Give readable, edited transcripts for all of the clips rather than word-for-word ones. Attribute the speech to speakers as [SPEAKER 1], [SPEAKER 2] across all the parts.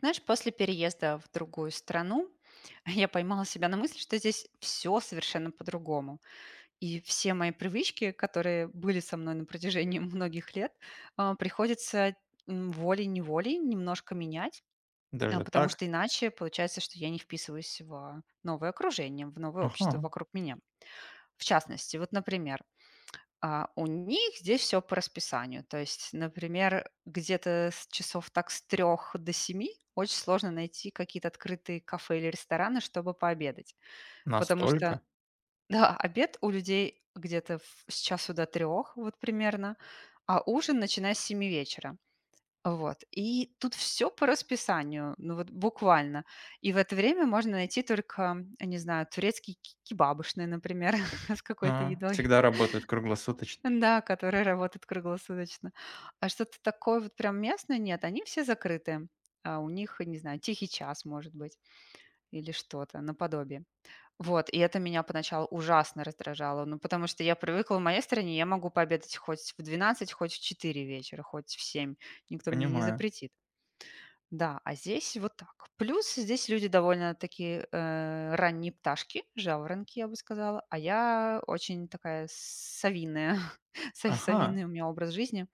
[SPEAKER 1] Знаешь, после переезда в другую страну я поймала себя на мысли, что здесь все совершенно по-другому. И все мои привычки, которые были со мной на протяжении многих лет, приходится волей-неволей немножко менять, а,
[SPEAKER 2] Даже
[SPEAKER 1] потому
[SPEAKER 2] так?
[SPEAKER 1] что иначе получается, что я не вписываюсь в новое окружение, в новое
[SPEAKER 2] Ага,
[SPEAKER 1] общество вокруг меня. В частности, вот, например, у них здесь все по расписанию. То есть, например, где-то с часов так с 3 до 7 очень сложно найти какие-то открытые кафе или рестораны, чтобы пообедать. Потому что,
[SPEAKER 2] настолько?
[SPEAKER 1] да, обед у людей где-то в с 1 до 3 вот примерно, а ужин начиная с 7 вечера. Вот. И тут все по расписанию, ну вот буквально. И в это время можно найти только, я не знаю, турецкие ки кебабышные, например, с какой-то
[SPEAKER 2] Ага.
[SPEAKER 1] едой.
[SPEAKER 2] Всегда работают круглосуточно.
[SPEAKER 1] Да, которые работают круглосуточно. А что-то такое вот прям местное нет, они все закрыты. А у них, не знаю, тихий час, может быть, или что-то наподобие. Вот, и это меня поначалу ужасно раздражало, ну, потому что я привыкла, в моей стране я могу пообедать хоть в 12, хоть в 4 вечера, хоть в 7, никто мне не
[SPEAKER 2] Понимаю.
[SPEAKER 1] запретит. Да, а здесь вот так. Плюс здесь люди довольно такие ранние пташки, жаворонки, я бы сказала, а я очень такая совиная, совиный у
[SPEAKER 2] Ага.
[SPEAKER 1] меня образ жизни.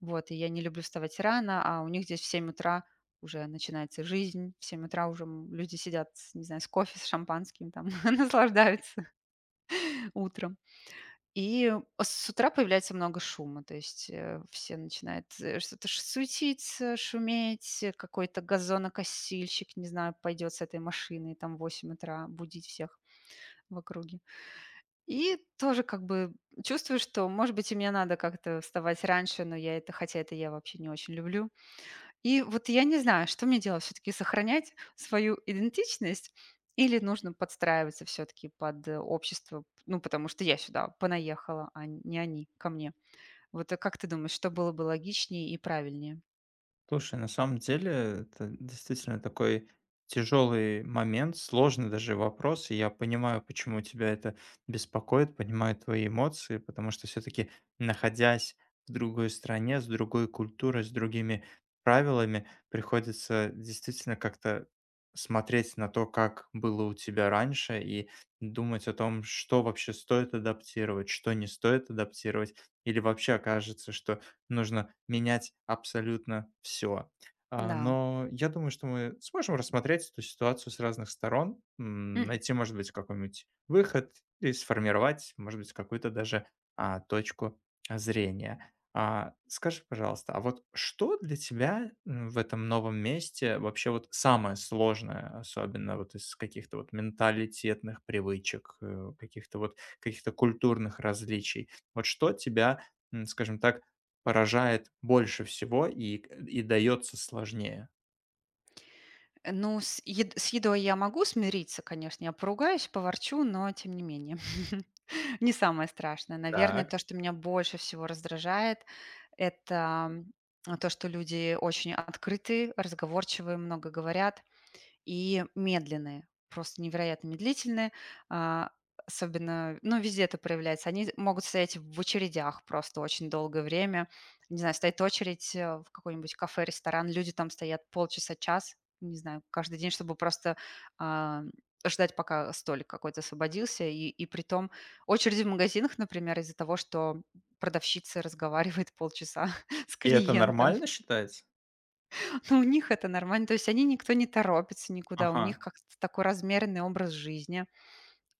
[SPEAKER 1] Вот, и я не люблю вставать рано, а у них здесь в 7 утра уже начинается жизнь, в 7 утра уже люди сидят, не знаю, с кофе, с шампанским там, наслаждаются утром. И с утра появляется много шума, то есть все начинают что-то суетиться, шуметь, какой-то газонокосильщик, не знаю, пойдет с этой машиной там в 8 утра будить всех в округе. И тоже как бы чувствую, что, может быть, и мне надо как-то вставать раньше, но я это, хотя это я вообще не очень люблю, и вот я не знаю, что мне делать, все таки сохранять свою идентичность или нужно подстраиваться все таки под, общество? Ну, потому что я сюда понаехала, а не они ко мне. Вот, как ты думаешь, что было бы логичнее и правильнее?
[SPEAKER 2] Слушай, на самом деле это действительно такой тяжелый момент, сложный даже вопрос, и я понимаю, почему тебя это беспокоит, понимаю твои эмоции, потому что все-таки находясь в другой стране, с другой культурой, с другими правилами, приходится действительно как-то смотреть на то, как было у тебя раньше, и думать о том, что вообще стоит адаптировать, что не стоит адаптировать, или вообще окажется, что нужно менять абсолютно все,
[SPEAKER 1] Да.
[SPEAKER 2] но я думаю, что мы сможем рассмотреть эту ситуацию с разных сторон,
[SPEAKER 1] Мгм.
[SPEAKER 2] найти, может быть, какой-нибудь выход и сформировать, может быть, какую-то даже, точку зрения. А, скажи, пожалуйста, а вот что для тебя, в этом новом месте вообще вот самое сложное, особенно вот из каких-то вот менталитетных привычек, каких-то вот каких-то культурных различий? Вот что тебя, скажем так, поражает больше всего и дается сложнее.
[SPEAKER 1] Ну, с ед с едой я могу смириться, конечно, я поругаюсь, поворчу, но тем не менее. Не самое страшное. Наверное,
[SPEAKER 2] Так.
[SPEAKER 1] то, что меня больше всего раздражает, это, то, что люди очень открыты, разговорчивые, много говорят. И медленные, просто невероятно медлительные. А, особенно, ну, везде это проявляется. Они могут стоять в очередях просто очень долгое время. Не знаю, стоит очередь в какой-нибудь кафе, ресторан, люди там стоят полчаса, час, не знаю, каждый день, чтобы просто а, ждать, пока столик какой-то освободился. И при том очереди в магазинах, например, из-за того, что продавщица разговаривает полчаса с
[SPEAKER 2] И это
[SPEAKER 1] клиентом.
[SPEAKER 2] нормально считается?
[SPEAKER 1] Ну, у них это нормально. То есть они никто не торопится никуда. У
[SPEAKER 2] Ага,
[SPEAKER 1] них как-то такой размеренный образ жизни.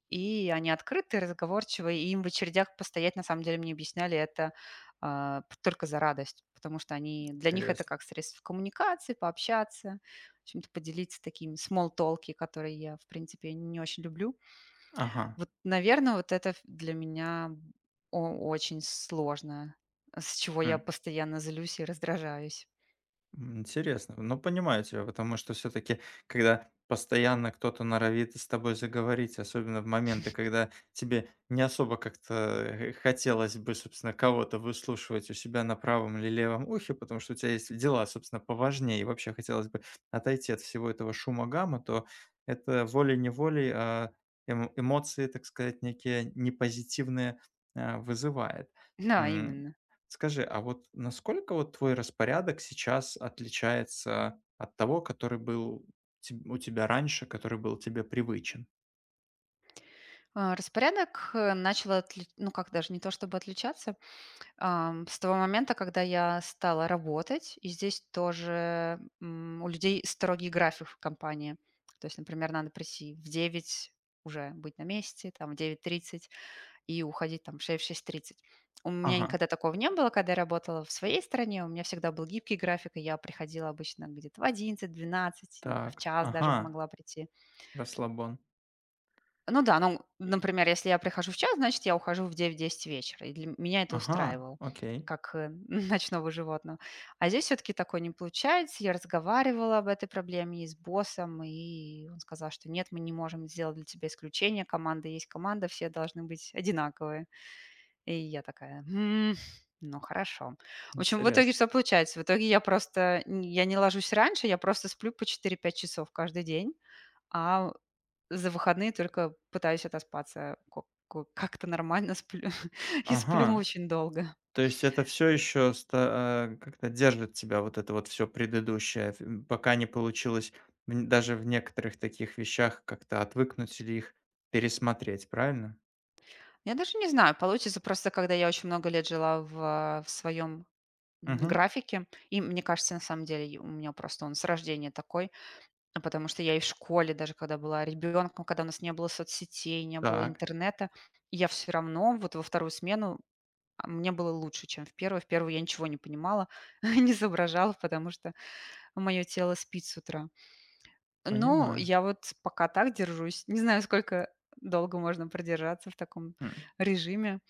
[SPEAKER 1] И они открытые, разговорчивые. И им в очередях постоять, на самом деле, мне объясняли это только за радость. Потому что они, для них это
[SPEAKER 2] интересно.
[SPEAKER 1] как средство коммуникации, пообщаться, чем-то поделиться такими small talки, которые я, в принципе, не очень люблю.
[SPEAKER 2] Ага,
[SPEAKER 1] Вот, наверное, вот это для меня очень сложно, с чего я
[SPEAKER 2] м.
[SPEAKER 1] постоянно злюсь и раздражаюсь.
[SPEAKER 2] М, интересно. Ну, понимаю тебя, потому что все-таки, когда постоянно кто-то норовит с тобой заговорить, особенно в моменты, когда тебе не особо как-то хотелось бы, собственно, кого-то выслушивать у себя на правом или левом ухе, потому что у тебя есть дела, собственно, поважнее, и вообще хотелось бы отойти от всего этого шума гамма, то это волей-неволей эмоции, так сказать, некие непозитивные вызывает.
[SPEAKER 1] Да,
[SPEAKER 2] М,
[SPEAKER 1] именно.
[SPEAKER 2] скажи, а вот насколько вот твой распорядок сейчас отличается от того, который был у тебя раньше, который был тебе привычен?
[SPEAKER 1] Распорядок ну как даже, не то чтобы отличаться, с того момента, когда я стала работать, и здесь тоже у людей строгий график в компании. То есть, например, надо прийти в 9 уже быть на месте, там в 9:30 и уходить там в шесть тридцать. У меня
[SPEAKER 2] Ага,
[SPEAKER 1] никогда такого не было, когда я работала в своей стране, у меня всегда был гибкий график, и я приходила обычно где-то в 11, 12, иногда в
[SPEAKER 2] так,
[SPEAKER 1] 1 даже
[SPEAKER 2] ага,
[SPEAKER 1] могла прийти.
[SPEAKER 2] расслабон.
[SPEAKER 1] Ну да, ну, например, если я прихожу в 1, значит, я ухожу в 9-10 вечера. И для меня это
[SPEAKER 2] Ага,
[SPEAKER 1] устраивало,
[SPEAKER 2] окей,
[SPEAKER 1] как ночного животного. А здесь все-таки такое не получается. Я разговаривала об этой проблеме и с боссом, и он сказал, что нет, мы не можем сделать для тебя исключение. Команда есть команда, все должны быть одинаковые. И я такая, «М, ну хорошо. В общем, в итоге
[SPEAKER 2] интересно.
[SPEAKER 1] что получается? В итоге я просто, я не ложусь раньше, я просто сплю по 4-5 часов каждый день, а за выходные только пытаюсь отоспаться ко ко как-то нормально сплю и сплю
[SPEAKER 2] Ага,
[SPEAKER 1] очень долго.
[SPEAKER 2] то есть это все еще как-то держит тебя вот это вот все предыдущее, пока не получилось даже в некоторых таких вещах как-то отвыкнуть или их пересмотреть, правильно?
[SPEAKER 1] Я даже не знаю, получится просто, когда я очень много лет жила в своем,
[SPEAKER 2] Угу,
[SPEAKER 1] графике, и мне кажется, на самом деле, и у меня просто он с рождения такой, а, потому что я и в школе, даже когда была ребенком, когда у нас не было соцсетей, не было
[SPEAKER 2] так,
[SPEAKER 1] интернета, я все равно вот во вторую смену, а, мне было лучше, чем в первую. В первую я ничего не понимала, не соображала, потому что мое тело спит с утра. Ну,
[SPEAKER 2] понимаю.
[SPEAKER 1] я вот пока так держусь. Не знаю, сколько долго можно продержаться в таком режиме.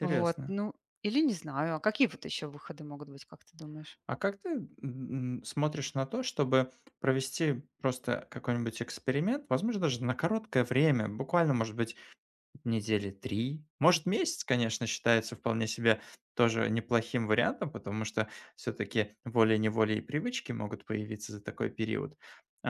[SPEAKER 1] Вот, ну, или не знаю, а какие вот еще выходы могут быть, как ты думаешь?
[SPEAKER 2] А как ты, смотришь на то, чтобы провести просто какой-нибудь эксперимент, возможно, даже на короткое время, буквально, может быть недели 3, может, месяц, конечно, считается вполне себе тоже неплохим вариантом, потому что все-таки волей-неволей и привычки могут появиться за такой период.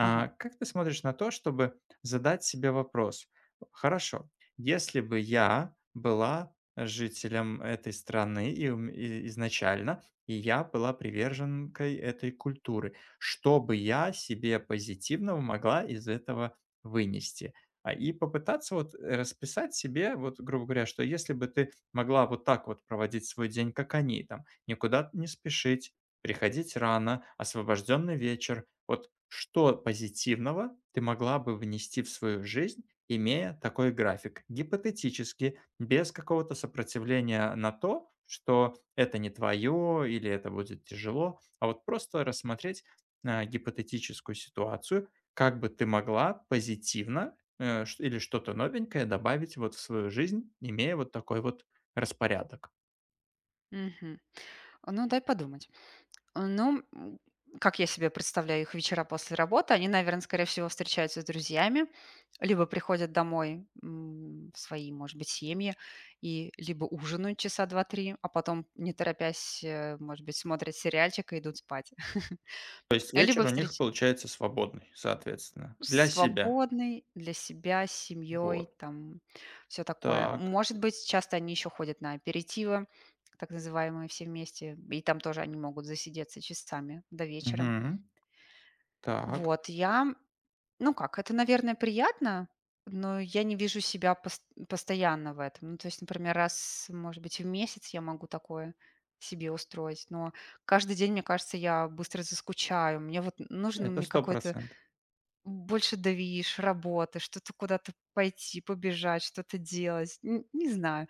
[SPEAKER 1] Ага.
[SPEAKER 2] как ты смотришь на то, чтобы задать себе вопрос: «Хорошо, если бы я была жителем этой страны и ум и изначально, и я была приверженкой этой культуры, что бы я себе позитивного могла из этого вынести?» А, и попытаться вот расписать себе, вот, грубо говоря, что если бы ты могла вот так вот проводить свой день, как они, там, никуда не спешить, приходить рано, освобожденный вечер, вот что позитивного ты могла бы внести в свою жизнь, имея такой график? Гипотетически, без какого-то сопротивления на то, что это не твое или это будет тяжело, а вот просто рассмотреть, гипотетическую ситуацию, как бы ты могла позитивно э, ш или что-то новенькое добавить вот в свою жизнь, имея вот такой вот распорядок.
[SPEAKER 1] Мгм. Ну, дай подумать. Ну, как я себе представляю их вечера после работы, они, наверное, скорее всего, встречаются с друзьями, либо приходят домой в свои, может быть, семьи, и либо ужинают часа 2-3, а потом, не торопясь, может быть, смотрят сериальчик и идут спать.
[SPEAKER 2] То есть вечер
[SPEAKER 1] Либо
[SPEAKER 2] у них
[SPEAKER 1] встреч...
[SPEAKER 2] получается свободный, соответственно, для себя.
[SPEAKER 1] Свободный для себя, с семьей,
[SPEAKER 2] Вот.
[SPEAKER 1] там все такое.
[SPEAKER 2] Так.
[SPEAKER 1] Может быть, часто они еще ходят на аперитивы, так называемые, все вместе, и там тоже они могут засидеться часами до вечера.
[SPEAKER 2] Мгм. Так.
[SPEAKER 1] Вот, я ну как, это, наверное, приятно, но я не вижу себя постоянно в этом. Ну, то есть, например, раз, может быть, в месяц я могу такое себе устроить, но каждый день, мне кажется, я быстро заскучаю. Мне вот нужен
[SPEAKER 2] Это
[SPEAKER 1] мне
[SPEAKER 2] 100.
[SPEAKER 1] какой-то больше давишь, работы, что-то куда-то пойти, побежать, что-то делать. Не знаю.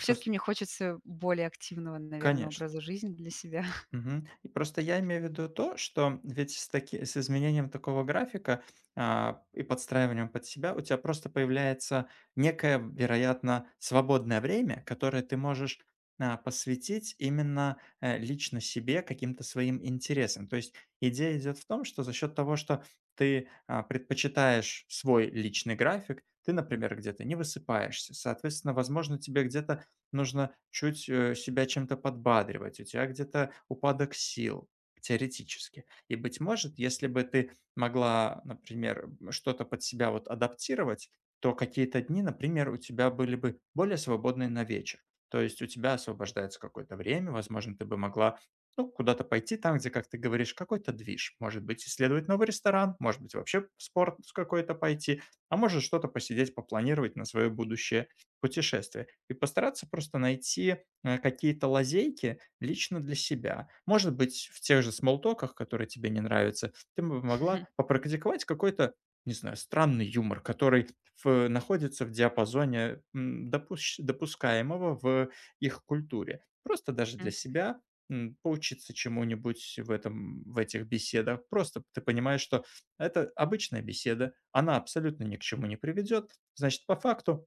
[SPEAKER 2] Просто
[SPEAKER 1] мне хочется более активного, наверное,
[SPEAKER 2] конечно.
[SPEAKER 1] образа жизни для себя.
[SPEAKER 2] Мгм. И просто я имею в виду то, что ведь с, таки, с изменением такого графика и подстраиванием под себя у тебя просто появляется некое, вероятно, свободное время, которое ты можешь посвятить именно лично себе, каким-то своим интересам. То есть идея идет в том, что за счет того, что ты предпочитаешь свой личный график, ты, например, где-то не высыпаешься, соответственно, возможно, тебе где-то нужно чуть, себя чем-то подбадривать, у тебя где-то упадок сил теоретически. И, быть может, если бы ты могла, например, что-то под себя вот адаптировать, то какие-то дни, например, у тебя были бы более свободные на вечер. То есть у тебя освобождается какое-то время, возможно, ты бы могла, ну, куда-то пойти там, где, как ты говоришь, какой-то движ. Может быть, исследовать новый ресторан, может быть, вообще в спорт с какой-то пойти, а может что-то посидеть, попланировать на свое будущее путешествие и постараться просто найти, какие-то лазейки лично для себя. Может быть, в тех же смоллтоках, которые тебе не нравятся, ты бы могла попрактиковать какой-то, не знаю, странный юмор, который в находится в диапазоне, допущ допускаемого в их культуре. Просто даже для
[SPEAKER 1] Мгм.
[SPEAKER 2] себя, поучиться чему-нибудь в этих беседах. Просто ты понимаешь, что это обычная беседа, она абсолютно ни к чему не приведет. Значит, по факту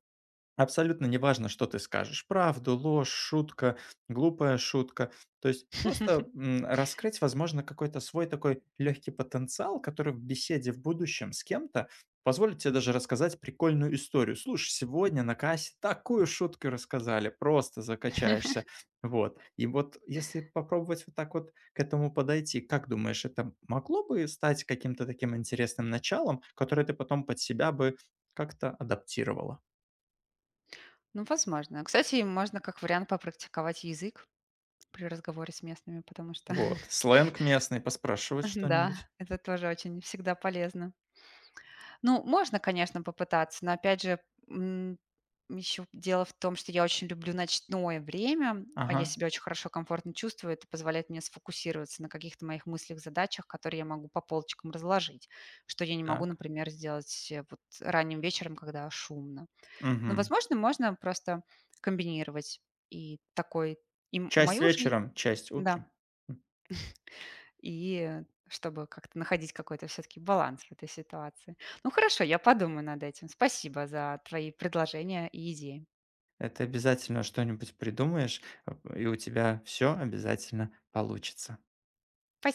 [SPEAKER 2] абсолютно неважно, что ты скажешь: правду, ложь, шутка, глупая шутка. То есть просто, раскрыть, возможно, какой-то свой такой легкий потенциал, который в беседе в будущем с кем-то позволит тебе даже рассказать прикольную историю. «Слушай, сегодня на кассе такую шутку рассказали, просто закачаешься». Вот. И вот если попробовать вот так вот к этому подойти, как думаешь, это могло бы стать каким-то таким интересным началом, которое ты потом под себя бы как-то адаптировала?
[SPEAKER 1] Ну, возможно. Кстати, можно как вариант попрактиковать язык при разговоре с местными, потому что,
[SPEAKER 2] Вот. Сленг местный, поспрашивать
[SPEAKER 1] да,
[SPEAKER 2] что-нибудь.
[SPEAKER 1] это тоже очень всегда полезно. Ну, можно, конечно, попытаться, но опять же, еще дело в том, что я очень люблю ночное время, а
[SPEAKER 2] Ага,
[SPEAKER 1] я себя очень хорошо, комфортно чувствую. Это позволяет мне сфокусироваться на каких-то моих мыслях, задачах, которые я могу по полочкам разложить, что я не могу,
[SPEAKER 2] так.
[SPEAKER 1] например, сделать вот ранним вечером, когда шумно. Но,
[SPEAKER 2] Мгм.
[SPEAKER 1] возможно, можно просто комбинировать и такой, и
[SPEAKER 2] Часть
[SPEAKER 1] мою жизнь,
[SPEAKER 2] вечером, часть
[SPEAKER 1] да.
[SPEAKER 2] утром. М.
[SPEAKER 1] И чтобы как-то находить какой-то все-таки баланс в этой ситуации. Ну хорошо, я подумаю над этим. Спасибо за твои предложения и идеи.
[SPEAKER 2] Это обязательно что-нибудь придумаешь, и у тебя все обязательно получится.
[SPEAKER 1] Спасибо.